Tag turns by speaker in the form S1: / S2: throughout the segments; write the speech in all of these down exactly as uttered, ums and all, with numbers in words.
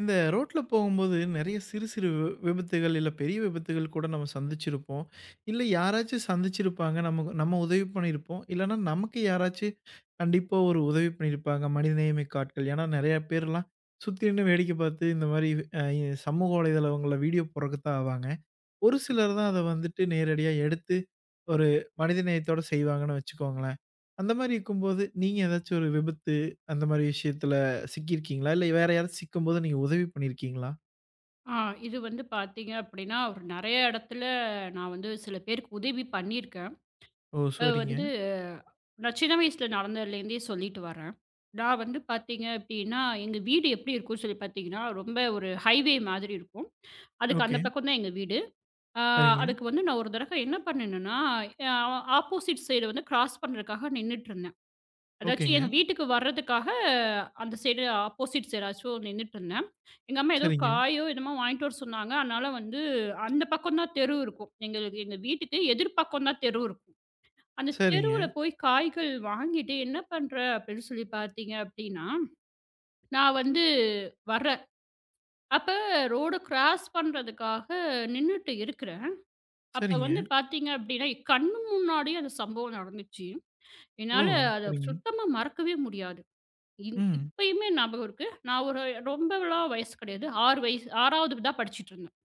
S1: இந்த ரோட்ல போகும்போது நெறைய சிறு சிறு வி விபத்துகள், இல்ல பெரிய விபத்துகள் கூட நம்ம சந்திச்சிருப்போம். இல்ல யாராச்சும் சந்திச்சிருப்பாங்க. நமக்கு நம்ம உதவி பண்ணியிருப்போம். இல்லன்னா நமக்கு யாராச்சும் கண்டிப்பா ஒரு உதவி பண்ணியிருப்பாங்க. மனிதநேயமிக்க ஆட்கள். ஏன்னா நெறைய பேர்லாம் சுத்தி நின்னு வேடிக்கை பார்த்து இந்த மாரி அ சமூக வலைதளங்கள்ல வீடியோ போடுறதுக்கு தான் ஆவாங்க. ஒரு சிலர் தான் அத வந்துட்டு நேரடியா எடுத்து, ஒரு மனிதநேயத்தோட செய்வாங்கன்னு வச்சுக்கோங்களேன். அந்த மாரி இருக்கும்போது, நீங்க ஏதாச்சும் ஒரு விபத்து, அந்த மாரி விஷயத்துல சிக்கியிருக்கீங்களா? இல்ல வேற யாராச்சும் சிக்கும்போது நீங்க உதவி பண்ணியிருக்கீங்களா?
S2: ஆ இது வந்து பார்த்தீங்க அப்படின்னா, ஒரு நெறைய இடத்துல நான் வந்து சில பேருக்கு உதவி பண்ணியிருக்கேன்.
S1: ஓ!
S2: அ
S1: சரிங்க.
S2: வந்து நான் சின்ன வயசுல நடந்ததுலேருந்தே சொல்லிட்டு வரேன். நான் வந்து பார்த்தீங்க அப்படின்னா, எங்க வீடு எப்படி இருக்கும்னு சொல்லி பார்த்தீங்கன்னா, ரொம்ப ஒரு ஹைவே மாதிரி இருக்கும். அதுக்கு
S1: ஓகே.
S2: அந்த பக்கம் தான் எங்க வீடு. ஆ
S1: சரிங்க.
S2: அதுக்கு வந்து நான் ஒரு தடவை என்ன பண்ணேன்னா, ஆ ஆப்போசிட் சைடு வந்து கிராஸ் பண்ணுறதுக்காக நின்னுட்டுருந்தேன். அதாச்சும்
S1: ஓகேங்க.
S2: எங்க வீட்டுக்கு வர்றதுக்காக அந்த சைடு ஆப்போசிட்ஸ் யாராச்சும் நின்னுட்டுருந்தேன். எங்க அம்மா ஏதோ
S1: சரிங்க.
S2: காயோ என்னமோ வாங்கிட்டு வர சொன்னாங்க. அதனால வந்து அந்த பக்கம் தான் தெரு இருக்கும். எங்களுக்கு எங்க வீட்டுக்கு எதிர் பக்கம் தான் தெரு இருக்கும். அந்த தெருவுல
S1: சரிங்க.
S2: போய் காய்கள் வாங்கிட்டு என்ன பண்ற அப்படின்னு சொல்லி பார்த்தீங்க அப்படின்னா, நான் வந்து வர்றேன். அப்ப ரோடு கிராஸ் பண்றதுக்காக நின்னுட்டு இருக்கிறேன். அப்ப
S1: சரிங்க.
S2: வந்து பார்த்தீங்க அப்படின்னா, கண்ணு முன்னாடியே அந்த சம்பவம் நடந்துச்சு.
S1: ஓ!
S2: என்னால அத
S1: சரிங்க.
S2: சுத்தமா மறக்கவே முடியாது. இல்
S1: ம்.
S2: இப்பயுமே ஞாபகம் இருக்கு. நான் ஒரு ரொம்பலாம் வயசு கிடையாது. ஆறு வயசு 6வது தான் படிச்சுட்டுருந்தேன்.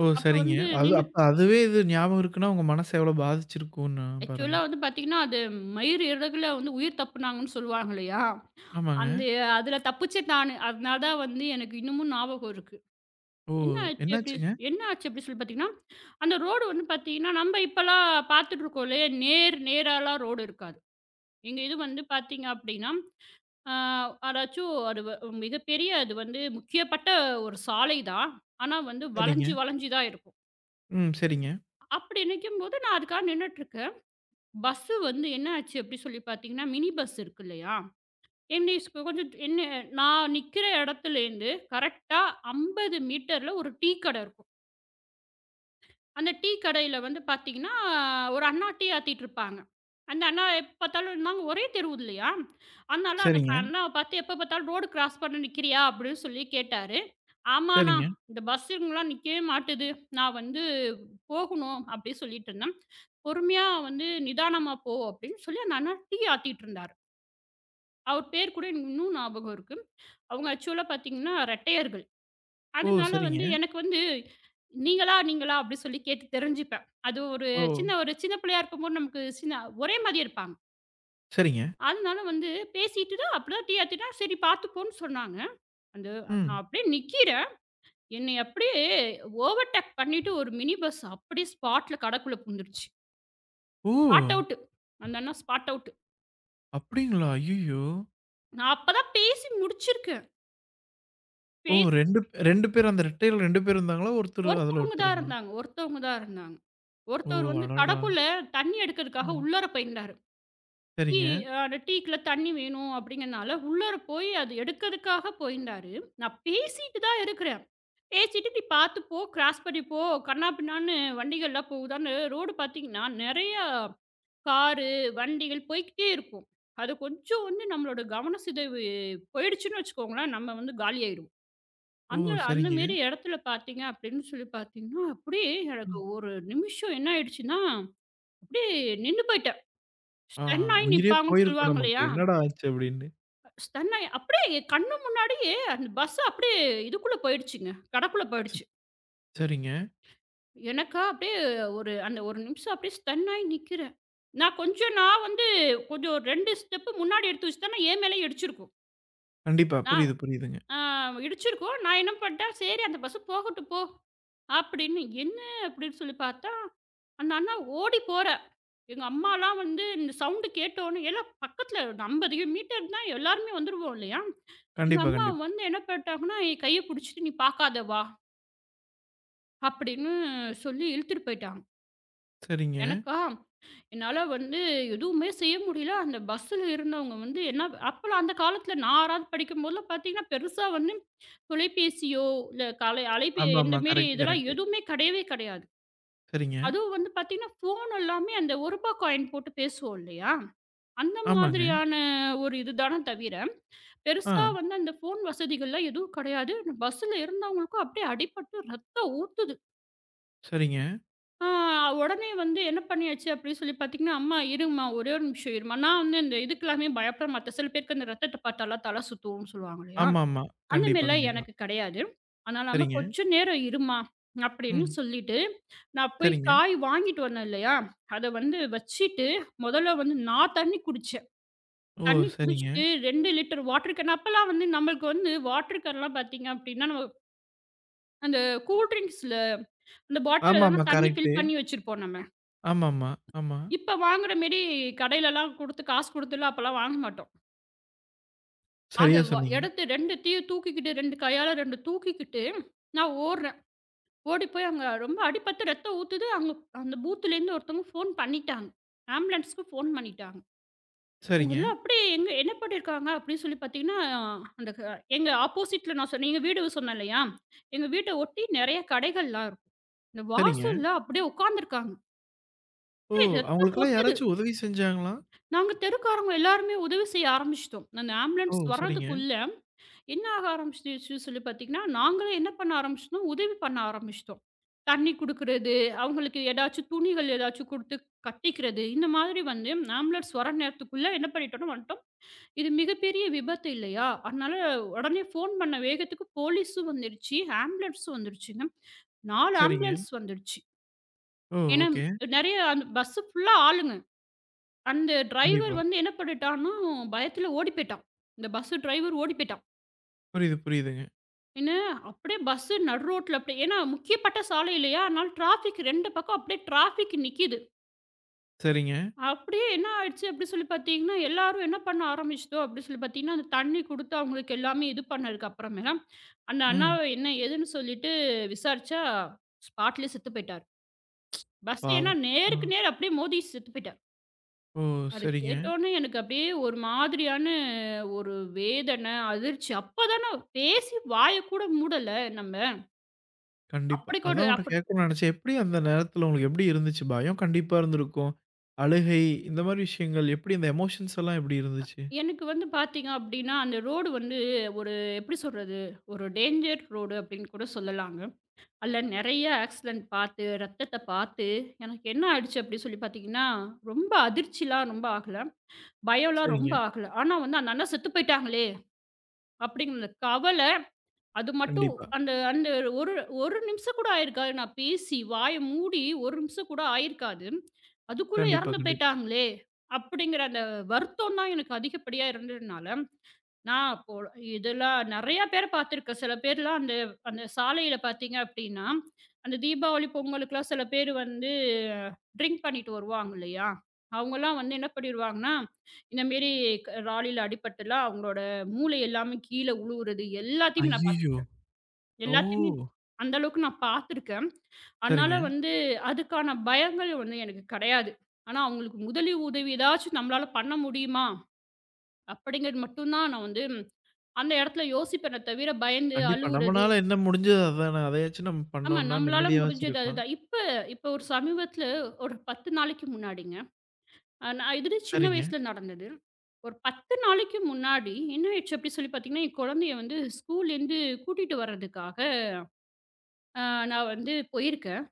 S1: ஓ!
S2: அப்ப
S1: சரிங்க.
S2: வந்து
S1: அது
S2: நின்னு
S1: அப்ப அதுவே இது ஞாபகம் இருக்குன்னா, உங்க மனச எவ்வளோ பாதிச்சிருக்கும்ன்னு பாருங்க.
S2: ஆக்சுவலா வந்து பார்த்தீங்கன்னா, அது மயிர் இறகுல வந்து உயிர் தப்புனாங்கன்னு சொல்லுவாங்க இல்லையா?
S1: ஆமாங்க.
S2: அந்த அதுல தப்பிச்சேன் நானு. அதனால தான் வந்து எனக்கு இன்னமும் ஞாபகம் இருக்கு.
S1: ஓ!
S2: என்ன ஆச்சு அப்படி
S1: என்னாச்சுங்க?
S2: என்ன ஆச்சு அப்படி சொல்லி பார்த்தீங்கன்னா, அந்த ரோடு வந்து பார்த்தீங்கன்னா, நம்ம இப்பலாம் பார்த்துட்டு இருக்கோம் இல்லையா? நேர் நேராலாம் ரோடு இருக்காது. எங்க இது வந்து பார்த்தீங்க அப்படின்னா ஆ, அதாச்சும் அது வ மிகப்பெரிய அது வந்து முக்கியப்பட்ட ஒரு சாலை தான். ஆனா வந்து
S1: சரிங்க.
S2: வளைஞ்சு, வளைஞ்சு தான் இருக்கும்.
S1: ம். சரிங்க.
S2: அப்படி நிக்கும்போது நான் அதுக்காக நின்னுட்டுருக்கேன். பஸ்ஸு வந்து என்ன ஆச்சு அப்படி சொல்லி பார்த்தீங்கன்னா, மினி பஸ் இருக்கு இல்லையா? என்னை ஸ் கொஞ்சம் என்ன நான் நிக்கிற இடத்துலேருந்து கரெக்ட்டா ஐம்பது மீட்டர்ல ஒரு டீ கடை இருக்கும். அந்த டீ கடையில வந்து பார்த்தீங்கன்னா, ஒரு அண்ணா டீ ஆத்திட்டுருப்பாங்க. அந்த அண்ணா எப்ப பார்த்தாலும் நாங்க ஒரே தெருவு இல்லையா? அதனால அந்த
S1: சரிங்க.
S2: அண்ணாவ பார்த்து எப்ப பார்த்தாலும் ரோடு கிராஸ் பண்ண நிக்கிறியா? அப்படின்னு சொல்லி கேட்டாரு. ஆமாண்ணா.
S1: சரிங்க.
S2: இந்த பஸ்ஸுங்கலாம் நிக்கவே மாட்டுது. நான் வந்து போகணும் அப்படி சொல்லிட்டு இருந்தேன். பொறுமையா வந்து நிதானமா போ அப்படின்னு சொல்லி அந்த அண்ணா டீ ஆத்திட்டுருந்தாரு. அவர் பேர் கூட எனக்கு இன்னும் ஞாபகம் இருக்கு. அவங்க ஆக்சுவலா பார்த்தீங்கன்னா ரெட்டையர்கள்.
S1: ஓ!
S2: அதனால வந்து
S1: சரிங்க.
S2: எனக்கு வந்து நீங்களா, நீங்களா அப்படி சொல்லி கேட்டு தெரிஞ்சுப்பேன். அது ஒரு
S1: ஓ!
S2: சின்ன ஒரு சின்ன பிள்ளையா இருக்கும்போது நமக்கு சின்ன ஒரே மாதிரி இருப்பாங்க.
S1: சரிங்க.
S2: அதனால வந்து பேசிட்டு தான் அப்படி தான் டீ ஆத்திட்டா சரி பார்த்துப்போன்னு சொன்னாங்க. அந்த நான்
S1: ம்.
S2: அப்படியே நிக்கிறேன். என்னைய அப்படியே ஓவர்டேக் பண்ணிட்டு ஒரு மினி பஸ் அப்படியே ஸ்பாட்ல கடைக்குள்ள புகுந்துருச்சு.
S1: ஓ!
S2: Spot out. அந்த அண்ணா ஸ்பாட் அவுட்.
S1: அப்டிங்களா? ஐய்யய்யோ!
S2: நான் அப்பதான் பேசி முடிச்சிருக்கேன்.
S1: ஓ,
S2: பேசி
S1: ரெண்டு ரெண்டு பேர், அந்த ரெட்டையில ரெண்டு பேர் இருந்தாங்களா? ஒருத்தர், அதுல
S2: ஒருத்தவங்க தான்
S1: ஒருத்தருங்களா?
S2: இருந்தாங்க ஒருத்தவங்க தான் இருந்தாங்க.
S1: ஓ,
S2: ஒருத்தவர் வந்து
S1: அடடா!
S2: கடைக்குள்ள தண்ணி எடுக்கிறதுக்காக
S1: ம்.
S2: உள்ளார போயிருந்தாரு. டீ
S1: சரிங்க.
S2: அ அந்த டீக்குள்ள தண்ணி வேணும் அப்படிங்கிறனால உள்ளார போய் அது எடுக்கிறதுக்காக போயிருந்தாரு. நான் பேசிட்டு தான் இருக்கிறேன். பேசிட்டு "நீ பார்த்து போ, கிராஸ் பண்ணி போ, கன்னா பின்னான்னு வண்டிகள்லாம் போகுதான்னு" ரோடு பார்த்தீங்கன்னா, நெறையா காரு, வண்டிகள் போய்க்கிட்டே இருக்கும். அது கொஞ்சம் வந்து நம்மளோட கவன சிதைவு போயிடுச்சுன்னு வச்சுக்கோங்களேன், நம்ம வந்து காலியாயிருவோம்.
S1: ஓ,
S2: அந்த அந்த
S1: சரிங்க.
S2: மாரி இடத்துல பார்த்தீங்க அப்படின்னு சொல்லி பார்த்தீங்கன்னா, அப்படியே எனக்கு
S1: ம்.
S2: ஒரு நிமிஷம் என்ன ஆயிடுச்சுன்னா, அப்படியே நின்னு போயிட்டேன்.
S1: ஆ,
S2: ஸ்டன் ஆயி
S1: உயிரே
S2: நிப்பாங்கன்னு
S1: போயிருக்கும்
S2: சொல்லுவாங்க
S1: நமக்கு.
S2: இல்லையா?
S1: என்னடா ஆச்சு அப்டின்னு.
S2: ஸ்டன் ஆயி அப்படியே என் கண்ணு முன்னாடியே அந்த பஸ் அப்படியே இதுக்குள்ள போயிடுச்சுங்க. கடக்குள்ள
S1: ஸ்
S2: போயிடுச்சு.
S1: சரிங்க.
S2: எனக்கா அப்படியே ஒரு அந்த ஒரு நிமிஷம் அப்படியே ஸ்டன் ஆயி நிக்கிறேன். நான் கொஞ்சம் நான் வந்து கொஞ்சம் ஒரு ரெண்டு ஸ்டெப் முன்னாடி எடுத்து வச்சுட்டேன்னா, என் மேலயே இடிச்சிருக்கும்.
S1: கண்டிப்பா.
S2: நான்
S1: புரியுது, புரியுதுங்க.
S2: ஆ இடிச்சிருக்கும். நான் என்ன பண்ணிட்டேன், "சரி அந்த பஸ் போகட்டும் போ" அப்படின்னு. என்ன அப்படின்னு சொல்லி பார்த்தா, அந்த அண்ணா ஓடி போறார். எங்க அம்மாலாம் வந்து இந்த சவுண்ட் கேட்டோனே எல்லாம் பக்கத்துல ஐம்பது மீட்டர் தான் எல்லாருமே வந்துருவோம் இல்லையா? எங்க
S1: கண்டிப்பா,
S2: அம்மா
S1: கண்டிப்பா.
S2: வந்து என்ன பண்ணிட்டாங்கன்னா, என் கைய புடிச்சுட்டு "நீ பார்க்காத வா" அப்படின்னு சொல்லி இழுத்துட்டு போயிட்டாங்க.
S1: சரிங்க.
S2: எனக்கா என்னால வந்து எதுவுமே செய்ய முடியல. அந்த பஸ்ஸுல இருந்தவங்க வந்து என்ன அப்பலாம் அந்த காலத்தில நான் 6வது படிக்கும்போதெல்லாம் பார்த்தீங்கன்னா, பெருசா வந்து தொலைபேசியோ, இல்ல கலை அலைபே
S1: ஆமாமா.
S2: இந்த மாரி
S1: கரெக்ட்,
S2: இதெல்லாம்
S1: கரெக்ட்.
S2: எதுவுமே கிடையவே கிடையாது.
S1: சரிங்க.
S2: அதுவும் வந்து பார்த்தீங்கன்னா, ஃபோன் எல்லாமே அந்த ரூ. ஒரு காயின் போட்டு பேசுவோம் இல்லையா? அந்த
S1: ஆமாங்க.
S2: மாதிரியான ஒரு இதுதான தவிர,
S1: ஆ.
S2: பெருசா வந்து அந்த ஃபோன் வசதிகள்லாம் எதுவும் கிடையாது. பஸ்ஸுல இருந்தவங்களுக்கும் அப்படியே அடிபட்டு ரத்தம் ஊத்துது.
S1: சரிங்க.
S2: ஆ உடனே வந்து என்ன பண்ணியாச்சு அப்படின்னு சொல்லி பார்த்தீங்கன்னா, "அம்மா இரும்மா, ஒரே ஒரு நிமிஷம் இரும்மா. நான் வந்து இந்த இதுக்கெல்லாமே பயப்பட மாட்டேன். சில பேருக்கு அந்த ரத்தத்த பார்த்தாலாம் தலை சுத்தும்னு சொல்லுவாங்க இல்லையா?
S1: ஆமாமா.
S2: அந்த
S1: கண்டிப்பா,
S2: மாரிலாம்
S1: கண்டிப்பா.
S2: எனக்கு கிடையாது. அதனால அம்மா
S1: சரிங்க.
S2: கொஞ்சம் நேரம் இரும்மா" அப்படின்னு
S1: ம்.
S2: சொல்லிட்டு, நான் போய்
S1: சரிங்க.
S2: காய் வாங்கிட்டு வந்தேன் இல்லையா? அத வந்து வச்சுட்டு, முதல்ல வந்து நான் தண்ணி குடிச்சேன்.
S1: ஓ!
S2: தண்ணி
S1: சரிங்க.
S2: குடிச்சுட்டு ரெண்டு லிட்டர் வாட்டர் கேன் அப்பலாம் வந்து நம்மளுக்கு வந்து வாட்டர் கேன்லாம் பார்த்தீங்க அப்படின்னா, நம்ம அந்த கூல் ட்ரிங்க்ஸ்ல அந்த பாட்டில்ல தான
S1: ஆமாமா.
S2: தண்ணி
S1: கரெக்ட்டு.
S2: ஃபில் பண்ணி வச்சிருப்போம் நம்ம.
S1: ஆமாமா. ஆமா.
S2: இப்ப வாங்குற மேரி கடையிலலாம் குடுத்து காசு குடுத்துலாம் அப்பலாம் வாங்க மாட்டோம். அத
S1: சரியா
S2: வ
S1: சொன்னீங்க.
S2: எடுத்து ரெண்டு தீய தூக்கிக்கிட்டு ரெண்டு கையால ரெண்டு தூக்கிக்கிட்டு நான் ஓடுறேன். ஓடி போய் அங்க ரொம்ப அடிபட்டு ரத்தம் ஊத்துது. அங்க அந்த பூத்துலேருந்து ஒருத்தவங்க ஃபோன் பண்ணிட்டாங்க. ஆம்புலன்ஸ்க்கு ஃபோன் பண்ணிட்டாங்க. அவங்க
S1: சரிங்க,
S2: எல்லாம் அப்படியே எங்க என்ன பண்ணியிருக்காங்க அப்படின்னு சொல்லி பார்த்தீங்கன்னா, அந்த க எங்க ஆப்போசிட்ல நான் சொன்னேன் எங்க வீடு சொன்னேன் இல்லையா? எங்க வீட்ட ஒட்டி நெறைய கடைகள்லாம் இருக்கும். இந்த
S1: சரிங்க.
S2: வாசல்ல அப்படியே உட்காந்துருக்காங்க.
S1: ஓ!
S2: ரத்தம்
S1: அவங்களுக்கெல்லாம்
S2: கொட்டுது.
S1: யாராச்சும் உதவி செஞ்சாங்களா?
S2: நாங்க தெருக்காரங்க எல்லாருமே உதவி செய்ய ஆரம்பிச்சுட்டோம். அந்த
S1: ஓ!
S2: ஆம்புலன்ஸ்
S1: சரிங்க,
S2: வர்றதுக்குள்ள என்ன ஆக ஆரம்பிச்சுடுச்சு சொல்லி பார்த்தீங்கன்னா, நாங்களே என்ன பண்ண ஆரம்பிச்சுட்டோம், உதவி பண்ண ஆரம்பிச்சுட்டோம். தண்ணி குடுக்குறது, அவங்களுக்கு ஏதாச்சும் துணிகள் ஏதாச்சும் குடுத்து கட்டிக்கிறது, இந்த மாதிரி வந்து ஆம்புலன்ஸ் வர நேரத்துக்குள்ள என்ன பண்ணிட்டோம்னா வந்துட்டோம். இது மிகப்பெரிய விபத்து இல்லையா? அதனால உடனே ஃபோன் பண்ண வேகத்துக்கு போலீஸும் வந்துருச்சு, ஆம்புலன்ஸும் வந்துருச்சுங்க. நாலு
S1: சரிங்க.
S2: ஆம்புலன்ஸ் வந்துடுச்சு.
S1: ஓ!
S2: ஏன்னா,
S1: ஓகே.
S2: நெறைய அந்த பஸ்ஸு ஃபுல்லா ஆளுங்க. அந்த டிரைவர்
S1: கண்டிப்பா.
S2: வந்து என்ன பண்ணிட்டான்னா, பயத்துல ஓடி போய்ட்டான். இந்த பஸ் டிரைவர் ஓடி போய்ட்டான்.
S1: புரியுது, புரியுதுங்க.
S2: என்ன அப்படியே பஸ் நடு ரோட்ல அப்படியே ஏன்னா முக்கியப்பட்ட சாலை இல்லையா? அதனால டிராஃபிக் ரெண்டு பக்கம் அப்படியே டிராஃபிக் நிக்கிது.
S1: சரிங்க.
S2: அப்படியே என்ன ஆயிடுச்சு அப்படி சொல்லி பார்த்தீங்கன்னா, எல்லாரும் என்ன பண்ண ஆரம்பிச்சுதோ அப்படி சொல்லி பார்த்தீங்கன்னா, அந்த தண்ணி குடுத்து அவங்களுக்கு எல்லாமே இது பண்ணதுக்கு அப்புறமேலாம், அந்த
S1: ம்.
S2: அண்ணாவ என்ன ஏதுன்னு சொல்லிட்டு விசாரிச்சா, ஸ்பாட்லயே செத்து போயிட்டாரு. பஸ் ஏன்னா
S1: பாவம். ஆ.
S2: நேருக்கு நேர் அப்படியே மோதி செத்து போயிட்டாரு.
S1: ஓ!
S2: அது
S1: சரிங்க.
S2: கேட்டோனே எனக்கு அப்படியே ஒரு மாதிரியான ஒரு வேதனை, அதிர்ச்சி. அப்பதானே பேசி வாய கூட மூடல நம்ம.
S1: கண்டிப்பா.
S2: அப்படி கூட
S1: அதான் உன்ட்ட
S2: அப்படி
S1: கேட்கணும்னு நெனச்சேன். எப்படி அந்த நேரத்துல உங்களுக்கு எப்படி இருந்துச்சு? பயம் கண்டிப்பா இருந்திருக்கும். அழுகை இந்த மாரி விஷயங்கள் எப்படி, அந்த எமோஷன்ஸ் எல்லாம் எப்படி இருந்துச்சு?
S2: எனக்கு வந்து பார்த்தீங்க அப்படின்னா, அந்த ரோடு வந்து ஒரு எப்படி சொல்றது? ஒரு டேஞ்சர் ரோடு அப்படின்னு கூட சொல்லலாங்க. அதில நெறைய ஆக்சிடென்ட் பார்த்து, ரத்தத்த பார்த்து, எனக்கு என்ன ஆயிடுச்சு அப்படி சொல்லி பார்த்தீங்கன்னா, ரொம்ப அதிர்ச்சிலாம் ரொம்ப ஆகல. பயம்லாம்
S1: சரிங்க.
S2: ரொம்ப ஆகல. ஆனா வந்து அந்த அண்ணா செத்து போயிட்டாங்களே! அப்படிங்கிற கவல அது மட்டும்
S1: கண்டிப்பா.
S2: அந்த அந்த ஒரு ஒரு நிமிஷம் கூட ஆயிருக்காது. நான் பேசி வாய மூடி ஒரு நிமிஷம் கூட ஆயிருக்காது. அதுக்குள்ள
S1: கண்டிப்பா,
S2: இறந்து
S1: கண்டிப்பா.
S2: போயிட்டாங்களே! அப்படிங்கிற அந்த வருத்தம் தான் எனக்கு அதிகப்படியா இருந்ததுனால, நான் அப்போ இதெல்லாம் நெறையா பேர பார்த்துருக்கேன். சில பேர்லாம் அந்த அந்த சாலையில பார்த்தீங்க அப்படின்னா, அந்த தீபாவளி, பொங்கலுக்குலாம் சில பேர் வந்து ட்ரிங்க் பண்ணிட்டு வருவாங்க இல்லையா? அவங்கலாம் வந்து என்ன பண்ணிருவாங்கன்னா, இந்த மாரி க லாரில அடிபட்டுலாம் அவங்களோட மூளை எல்லாமே கீழ உழுவுறது எல்லாத்தையுமே நான்
S1: ஐய்யயோ!
S2: பார்த்துருக்கேன்.
S1: ஓ!
S2: எல்லாத்தையுமே அந்த அளவுக்கு நான் பார்த்துருக்கேன். அதனால
S1: சரிங்க.
S2: வந்து அதுக்கான பயங்கள் வந்து எனக்கு கிடையாது. ஆனா, அவங்களுக்கு முதலி உதவி ஏதாச்சும் நம்மளால பண்ண முடியுமா? அப்படிங்கிறது மட்டும் தான் நான் வந்து அந்த இடத்துல யோசிப்பேனே தவிர, பயந்து
S1: கண்டிப்பா.
S2: அழுவுறது
S1: நம்மனால என்ன முடிஞ்சதோ அதானே. அதையாச்சும் நம்ம
S2: ஆமா
S1: பண்ணோம்னா
S2: நம்மளால
S1: நிம்மதியாவாச்சும்
S2: முடிஞ்சது
S1: இருக்கலாம்.
S2: அதுதான். இப்ப இப்ப ஒரு சமீபத்தில ஒரு பத்து நாளைக்கு முன்னாடிங்க. அ நான் இது சின்ன
S1: சரிங்க.
S2: வயசுல நடந்தது. ஒரு பத்து நாளைக்கு முன்னாடி என்ன ஆயிடுச்சு அப்படி சொல்லி பார்த்தீங்கன்னா, என் குழந்தைய வந்து ஸ்கூல்லேருந்து கூட்டிட்டு வர்றதுக்காக, அ நான் வந்து போயிருக்கேன்.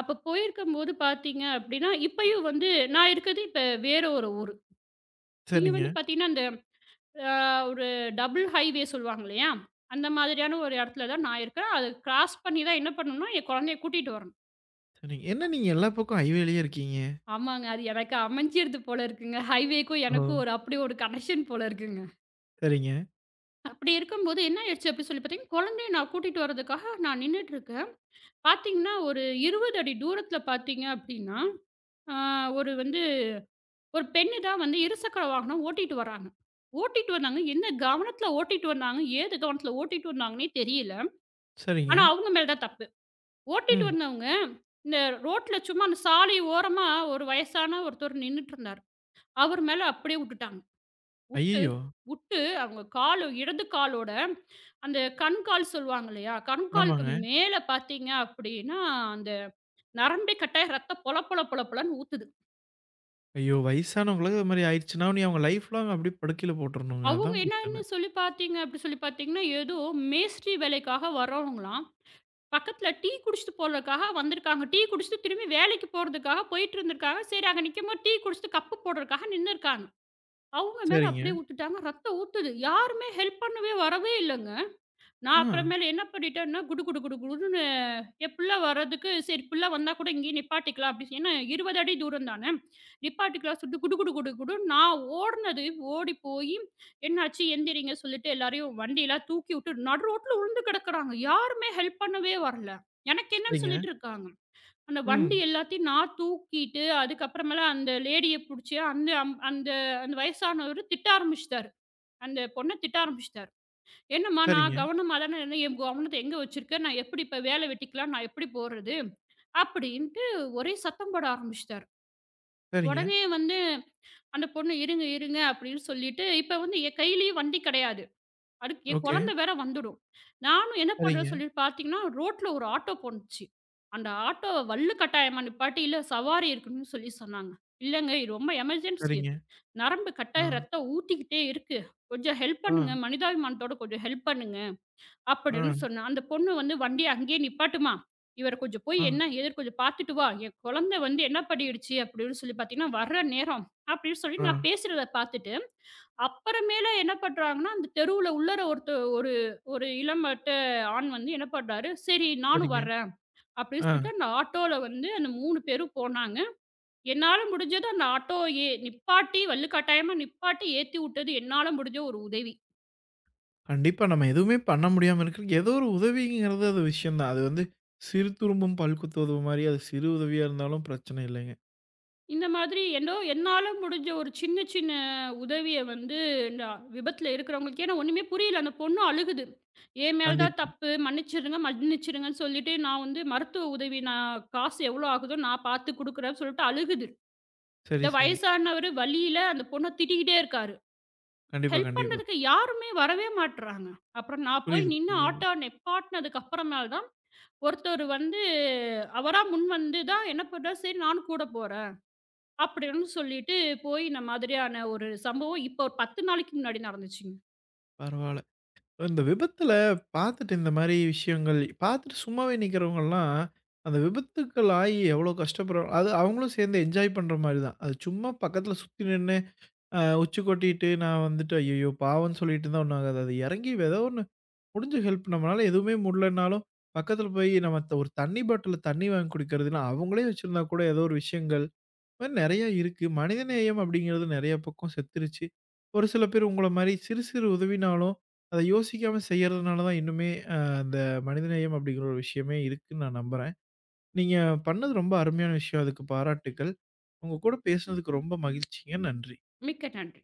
S2: அப்ப போயிருக்கும்போது பார்த்தீங்க அப்படின்னா, இப்பயும் வந்து நான் இருக்கிறது இப்ப வேற ஒரு ஊரு. இங்க
S1: சரிங்க,
S2: வந்து பார்த்தீங்கன்னா, அந்த அ ஒரு டபுள் ஹைவே சொல்லுவாங்க இல்லையா? அந்த மாதிரியான ஒரு இடத்துல தான் நான் இருக்கேன். அத கிராஸ் பண்ணி தான் என்ன பண்ணணும்னா, என் குழந்தைய கூட்டிட்டு வரணும்.
S1: சரிங்க. என்ன நீங்க எல்லா பக்கம் ஹைவேலயே இருக்கீங்க?
S2: ஆமாங்க. அது எனக்கு அமைஞ்சிருது போல இருக்குங்க. ஹைவேக்கும்
S1: ஓ!
S2: எனக்கும் ஒரு அப்படி ஒரு கனெக்ஷன் போல இருக்குங்க.
S1: சரிங்க,
S2: அப்படி இருக்கும்போது என்ன ஆயிடுச்சு அப்படின்னு சொல்லி பார்த்தீங்கன்னா, குழந்தைய நான் கூட்டிட்டு வரதுக்காக நான் நின்னுட்டு இருக்கேன். பார்த்தீங்கன்னா, ஒரு இருபது அடி தூரத்தில பார்த்தீங்க அப்படின்னா, அ ஒரு வந்து ஒரு பெண்ணு தான் வந்து இருசக்கர வாகனம் ஓட்டிட்டு வராங்க. ஓட்டிட்டு வந்தாங்க. என்ன கவனத்துல ஓட்டிட்டு வந்தாங்க, ஏது கவனத்துல ஓட்டிட்டு வந்தாங்கன்னே தெரியல. ஆனா,
S1: சரிங்க.
S2: அவங்க மேல தான் தப்பு. ஓட்டிட்டு
S1: ம்.
S2: வந்தவங்க, இந்த ரோட்ல சும்மா அந்த சாலை ஓரமா ஒரு வயசான ஒருத்தர் நின்னுட்டு இருந்தாரு. அவர் மேல அப்படியே உட்டுட்டாங்க. உட்டு
S1: ஐயய்யோ!
S2: உட்டு அவங்க காலு இடது காலோட அந்த கண்கால் சொல்லுவாங்க இல்லையா? கண்காலுக்கு
S1: ஆமாங்க.
S2: மேல பார்த்தீங்க அப்படின்னா, அந்த நரம்பே கட்டாயி ரத்தம் பொல பொல பொல பொலன்னு ஊத்துது.
S1: ஐயோ! வயசானவங்களுக்கு அது மாரி ஆயிடுச்சுன்னா, நீ அவங்க லைஃப் லாங் அப்படியே படுக்கையில போட்டுறணுங்க.
S2: அவங்க
S1: அதான் பிரச்சனை.
S2: என்னன்னு சொல்லி பார்த்தீங்க அப்படி சொல்லி பார்த்தீங்கன்னா, ஏதோ மேஸ்திரி வேலைக்காக வரவங்களாம். பக்கத்தில டீ குடிச்சுட்டு போறதுக்காக வந்திருக்காங்க. டீ குடிச்சுட்டு திரும்பி வேலைக்கு போறதுக்காக போயிட்டு இருந்திருக்காங்க. சரி அங்க நிக்கும்போது டீ குடிச்சுட்டு கப்பு போடுறதுக்காக நின்னுருக்காங்க. அவங்க மேல
S1: சரிங்க.
S2: அப்படியே ஊத்திட்டாங்க. ரத்தம் ஊத்துது. யாருமே ஹெல்ப் பண்ணவே வரவே இல்லங்க. நான்
S1: ஆ.
S2: அப்புறமேலு என்ன பண்ணிட்டேன்னா, குடு குடு குடு குடுன்னு என் புள்ள வர்றதுக்கு, சரி புள்ள வந்தா கூட இங்கேயே நிப்பாட்டிக்கலாம் அப்டி ஏன்னா இருபது அடி தூரம் தான. நிப்பாட்டிக்கலாம் சொல்லிட்டு குடு குடு குடு குடுன்னு நான் ஓடுனது, ஓடி போயி என்னாச்சு எந்திரிங்க சொல்லிட்டு எல்லாரையும் வண்டிலாம் தூக்கிவுட்டு நடு ரோட்ல உழுந்து கிடக்குறாங்க. யாருமே ஹெல்ப் பண்ணவே வரல. எனக்கு என்னன்னு
S1: சரிங்க.
S2: சொல்லிட்டு இருக்காங்க. அந்த வண்டி
S1: ம்.
S2: எல்லாத்தையும் நான் தூக்கிட்டு, அதுக்கப்புறமேலு அந்த லேடிய புடிச்சு அந்த அம் அந்த அந்த வயசானவரு திட்ட ஆரம்பிச்சுட்டாரு. அந்த பொண்ண திட்ட ஆரம்பிச்சுட்டாரு. என்னம்மா
S1: சரிங்க,
S2: நான் கவனமா தானே இருந்தேன். என் கவனத்த எங்க வச்சிருக்கேன்? நான் எப்படி இப்ப வேலை வெட்டிக்கலாம்? நான் எப்படி போறது? அப்படின்ட்டு ஒரே சத்தம் போட ஆரம்பிச்சுட்டாரு.
S1: சரிங்க.
S2: உடனே வந்து அந்த பொண்ணு இருங்க, இருங்க அப்படின்னு சொல்லிட்டு, இப்ப வந்து என் கையிலயும் வண்டி கிடையாது. அதுக்கு என்
S1: ஓகே.
S2: குழந்தை வேற வந்துடும். நானும் என்ன
S1: சரிங்க,
S2: பண்றேன்னு சொல்லி பார்த்தீங்கன்னா, ரோட்ல ஒரு ஆட்டோ போணுச்சு. அந்த ஆட்டோவ வள்ளு கட்டாயமா நிப்பாட்டி, இல்ல சவாரி இருக்குன்னு சொல்லி சொன்னாங்க. இல்லங்க இது ரொம்ப எமர்ஜென்சி.
S1: சரிங்க.
S2: நரம்பு
S1: ஆ,
S2: கட்டாயம் ரத்தம் ஊத்திக்கிட்டே இருக்கு. கொஞ்சம் ஹெல்ப்
S1: ஆ,
S2: பண்ணுங்க. மனிதாபிமானத்தோட கொஞ்சம் ஹெல்ப் பண்ணுங்க.
S1: ஆ,
S2: அப்படின்னு சொன்னா. அந்த பொண்ணு வந்து வண்டிய அங்கேயே நிப்பாட்டுமா, இவர கொஞ்சம் போய்
S1: ஆ,
S2: என்ன ஏதுன்னு கொஞ்சம் பார்த்துட்டு வா. என் குழந்தை வந்து என்ன பண்ணிடுச்சு அப்படின்னு சொல்லி பார்த்தீங்கன்னா, வர்ற நேரம் அப்படின்னு சொல்லி
S1: ஆ.
S2: நான் பேசுறத பார்த்துட்டு, அப்புறமேல என்ன பண்றாங்கன்னா, அந்த தெருவுல உள்ளார ஒருத்த ஒரு ஒரு இளம்பட்ட ஆண் வந்து என்ன பண்றாரு, "சரி நானும்
S1: சரிங்க.
S2: வர்றேன்" அப்படின்னு
S1: ஆ.
S2: சொல்லிட்டு அந்த ஆட்டோல வந்து அந்த மூணு பேரும் போனாங்க. என்னால முடிஞ்சது அந்த ஆட்டோ ஏ நிப்பாட்டி வலுக்கட்டாயமா நிப்பாட்டி ஏத்தி விட்டது என்னால முடிஞ்ச ஒரு உதவி.
S1: கண்டிப்பா நம்ம எதுவுமே பண்ண முடியாம இருக்கிறதுக்கு ஏதோ ஒரு உதவிங்கிறது அது விஷயம் தான். அது வந்து சிறு துரும்பும் பல் குத்துவது மாரி அது சிறு உதவியா இருந்தாலும் பிரச்சனை இல்லைங்க.
S2: இந்த மாதிரி என்னோ என்னால முடிஞ்ச ஒரு சின்ன சின்ன உதவிய வந்து நான் விபத்துல இருக்கிறவங்களுக்கு ஏன்னா ஒண்ணுமே புரியல. அந்த பொண்ணு அழுகுது. என் மேல தான்
S1: கண்டிப்பா.
S2: தப்பு. மன்னிச்சிருங்க, மன்னிச்சிருங்கன்னு சொல்லிட்டு நான் வந்து மருத்துவ உதவி நான் காசு எவ்வளோ ஆகுதோ நான் பார்த்து குடுக்குறேன்னு சொல்லிட்டு அழுகுது.
S1: சரி,
S2: இந்த
S1: சரி.
S2: வயசானவரு வலியில அந்த பொண்ண திட்டிக்கிட்டே இருக்காரு.
S1: கண்டிப்பா,
S2: ஹெல்ப்
S1: கண்டிப்பா.
S2: பண்றதுக்கு யாருமே வரவே மாட்றாங்க. அப்புறம் நான் போய்
S1: புரியுது,
S2: நின்னு
S1: புரியுது.
S2: ஆட்டோ நிப்பாட்னதுக்கு அப்புறமேல் தான் ஒருத்தர் வந்து அவரா முன்வந்து தான் என்ன பண்றாரு, சரி நானும் கூட போறேன். அப்படின்னு சொல்லிட்டு போய் இந்த மாதிரியான ஒரு சம்பவம் இப்போ ஒரு பத்து நாளைக்கு முன்னாடி நடந்துச்சுங்க.
S1: பரவால்ல. இந்த விபத்துல பார்த்துட்டு, இந்த மாரி விஷயங்கள் பார்த்துட்டு சும்மாவே நிக்கிறவங்கலாம், அந்த விபத்துக்கள் ஆயி எவ்வளோ கஷ்டப்படுறாங்க. அது அவங்களும் சேர்ந்து என்ஜாய் பண்ற மாரி தான். அது சும்மா பக்கத்துல சுத்தி நின்னு, அ உச்சி கொட்டிட்டு நான் வந்துட்டு, ஐயய்யோ! பாவம்ன்னு சொல்லிட்டு இருந்தா ஒண்ணும் ஆகாது. அது எறங்கி ஏதோ ஒண்ணு முடிஞ்ச ஹெல்ப், நம்மளால எதுவுமே முடியலனாலும், பக்கத்துல போய் நம்ம த ஒரு தண்ணி பாட்டில்ல தண்ணி வாங்கி குடிக்கிறது, இல்ல அவங்களே வச்சிருந்தா கூட ஏதோ ஒரு விஷயங்கள், மாரி நெறைய இருக்கு. மனிதநேயம் அப்படிங்கிறது நெறைய பக்கம் செத்துருச்சு. ஒரு சில பேர் உங்கள மாரி சிறு சிறு உதவினாலும், அத யோசிக்காம செய்யறதுனால தான் இன்னுமே அ அந்த மனிதநேயம் அப்படிங்கிற ஒரு விஷயமே இருக்குன்னு நான் நம்புறேன். நீங்க பண்ணது ரொம்ப அருமையான விஷயம். அதுக்கு பாராட்டுக்கள். உங்க கூட பேசுனதுக்கு ரொம்ப மகிழ்ச்சிங்க. நன்றி.
S2: மிக்க நன்றி.